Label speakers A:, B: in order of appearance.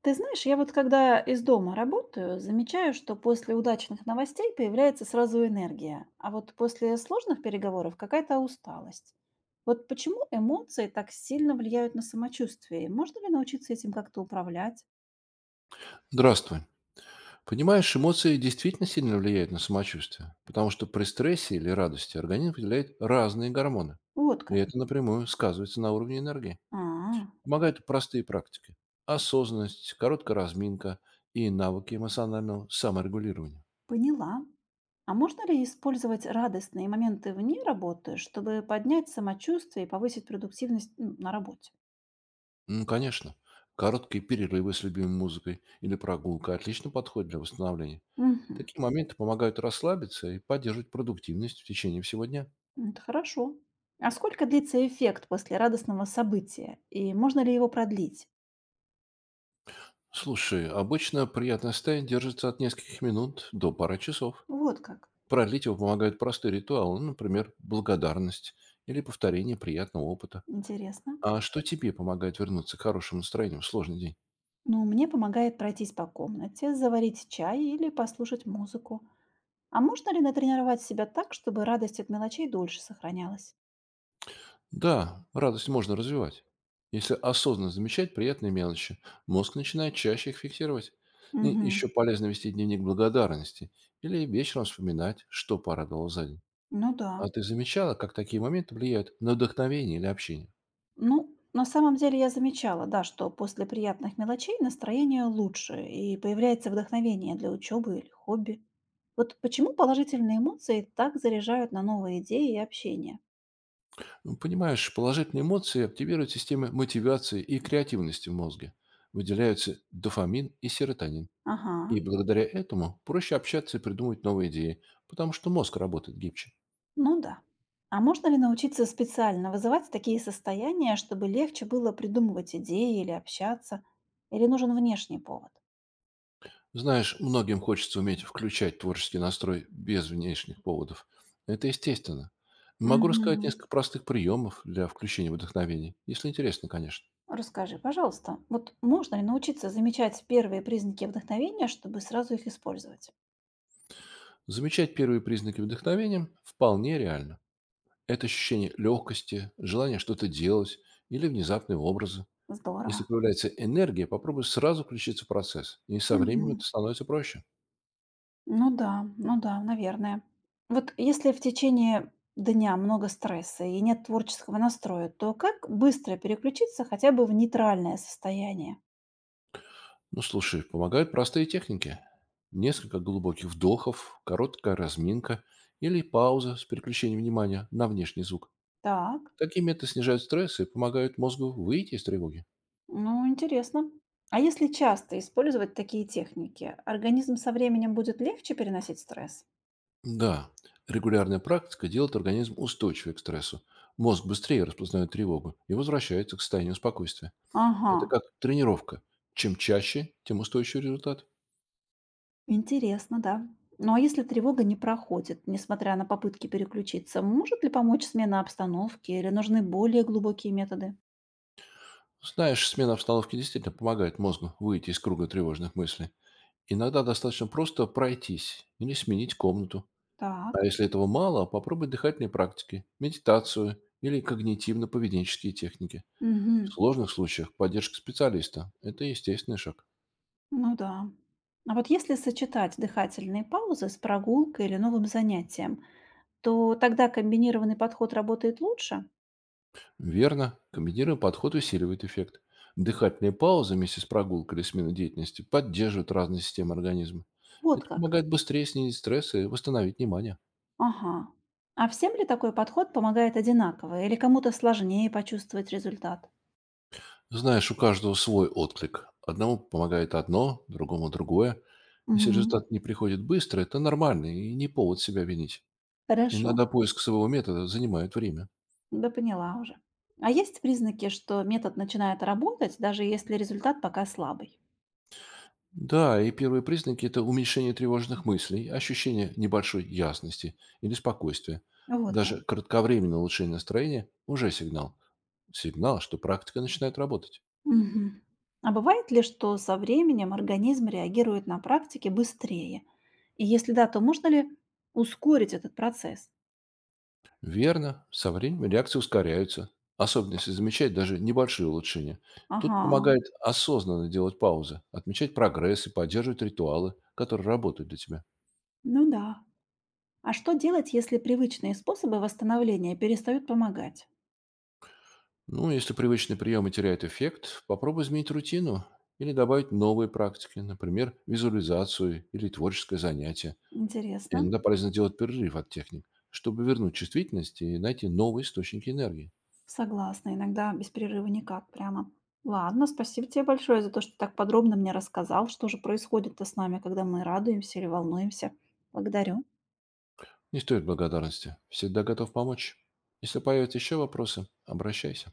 A: Ты знаешь, я вот когда из дома работаю, замечаю, что после удачных новостей появляется сразу энергия, а вот после сложных переговоров какая-то усталость. Вот почему эмоции так сильно влияют на самочувствие? И можно ли научиться этим как-то управлять?
B: Здравствуй. Понимаешь, эмоции действительно сильно влияют на самочувствие, потому что при стрессе или радости организм выделяет разные гормоны.
A: Вот
B: И
A: как.
B: это напрямую сказывается на уровне энергии.
A: А,
B: Помогают простые практики. Осознанность, короткая разминка и навыки эмоционального саморегулирования.
A: поняла. А можно ли использовать радостные моменты вне работы, чтобы поднять самочувствие и повысить продуктивность на работе?
B: Ну, конечно, короткие перерывы с любимой музыкой или прогулка отлично подходят для восстановления.
A: Мгм.
B: Такие моменты помогают расслабиться и поддерживать продуктивность в течение всего дня.
A: Это хорошо. А сколько длится эффект после радостного события? И можно ли его продлить?
B: Слушай, обычно приятное состояние держится от нескольких минут до пары часов.
A: Вот как.
B: Продлить его помогают простые ритуалы, ну, например, благодарность или повторение приятного опыта.
A: Интересно.
B: А что тебе помогает вернуться к хорошему настроению в сложный день?
A: Ну, мне помогает пройтись по комнате, заварить чай или послушать музыку. А можно ли натренировать себя так, чтобы радость от мелочей дольше сохранялась?
B: Да, радость можно развивать. Если осознанно замечать приятные мелочи, мозг начинает чаще их фиксировать. И
A: Угу.
B: еще полезно вести дневник благодарности или вечером вспоминать, что порадовало за день.
A: Ну да.
B: А ты замечала, как такие моменты влияют на вдохновение или общение?
A: Ну, на самом деле я замечала, да, что после приятных мелочей настроение лучше и появляется вдохновение для учебы или хобби. Вот почему положительные эмоции так заряжают на новые идеи и общение?
B: Ну, понимаешь, положительные эмоции активируют системы мотивации и креативности в мозге. Выделяются дофамин и серотонин.
A: Ага,
B: И благодаря этому проще общаться и придумывать новые идеи, потому что мозг работает гибче.
A: ну да. А можно ли научиться специально вызывать такие состояния, чтобы легче было придумывать идеи или общаться? Или нужен внешний повод?
B: Знаешь, многим хочется уметь включать творческий настрой без внешних поводов. Это естественно. Могу рассказать
A: Мгм.
B: несколько простых приемов для включения вдохновения, если интересно, конечно.
A: Расскажи, пожалуйста, вот можно ли научиться замечать первые признаки вдохновения, чтобы сразу их использовать?
B: Замечать первые признаки вдохновения вполне реально. Это ощущение легкости, желание что-то делать или внезапные образы. Если
A: Здорово.
B: появляется энергия, попробуй сразу включиться в процесс, и со временем это
A: Мгм.
B: становится проще.
A: Ну да, ну да, наверное. Вот если в течение дня много стресса и нет творческого настроя, то как быстро переключиться хотя бы в нейтральное состояние?
B: Ну, слушай, помогают простые техники. Несколько глубоких вдохов, короткая разминка или пауза с переключением внимания на внешний звук.
A: Так,
B: Такие методы снижают стресс и помогают мозгу выйти из тревоги.
A: ну интересно. А если часто использовать такие техники, организм со временем будет легче переносить стресс?
B: Да, регулярная практика делает организм устойчивее к стрессу. Мозг быстрее распознает тревогу и возвращается к состоянию спокойствия.
A: Ага,
B: Это как тренировка. Чем чаще, тем устойчивее результат.
A: интересно, да. Ну а если тревога не проходит, несмотря на попытки переключиться, может ли помочь смена обстановки или нужны более глубокие методы?
B: Знаешь, смена обстановки действительно помогает мозгу выйти из круга тревожных мыслей. Иногда достаточно просто пройтись или сменить комнату. А
A: Так.
B: если этого мало, попробуй дыхательные практики, медитацию или когнитивно-поведенческие техники.
A: Мгм.
B: В сложных случаях поддержка специалиста – это естественный шаг.
A: Ну да. А вот если сочетать дыхательные паузы с прогулкой или новым занятием, то тогда комбинированный подход работает лучше?
B: Верно. Комбинированный подход усиливает эффект. Дыхательные паузы вместе с прогулкой или сменой деятельности поддерживают разные системы организма.
A: Вот
B: Это
A: как.
B: помогает быстрее снизить стресс и восстановить внимание.
A: Ага. А всем ли такой подход помогает одинаково или кому-то сложнее почувствовать результат?
B: Знаешь, у каждого свой отклик. Одному помогает одно, другому другое. Если
A: Мгм.
B: результат не приходит быстро, это нормально и не повод себя винить.
A: Хорошо.
B: Иногда поиск своего метода занимает время.
A: Да поняла уже. А есть признаки, что метод начинает работать, даже если результат пока слабый?
B: Да, и первые признаки – это уменьшение тревожных мыслей, ощущение небольшой ясности или спокойствия.
A: Вот
B: Даже
A: как.
B: кратковременное улучшение настроения – уже сигнал. Сигнал, что практика начинает работать.
A: Мгм. А бывает ли, что со временем организм реагирует на практике быстрее? И если да, то можно ли ускорить этот процесс?
B: Верно, со временем реакции ускоряются, особенно если замечать даже небольшие улучшения.
A: Ага,
B: Тут помогает осознанно делать паузы, отмечать прогресс и поддерживать ритуалы, которые работают для тебя.
A: ну да. А что делать, если привычные способы восстановления перестают помогать?
B: Ну, если привычные приемы теряют эффект, попробуй изменить рутину или добавить новые практики, например, визуализацию или творческое занятие.
A: Интересно.
B: Иногда полезно делать перерыв от техник, чтобы вернуть чувствительность и найти новые источники энергии.
A: Согласна, иногда без перерыва никак прямо. Ладно, спасибо тебе большое за то, что так подробно мне рассказал, что же происходит-то с нами, когда мы радуемся или волнуемся. Благодарю.
B: Не стоит благодарности. Всегда готов помочь. Если появятся еще вопросы, обращайся.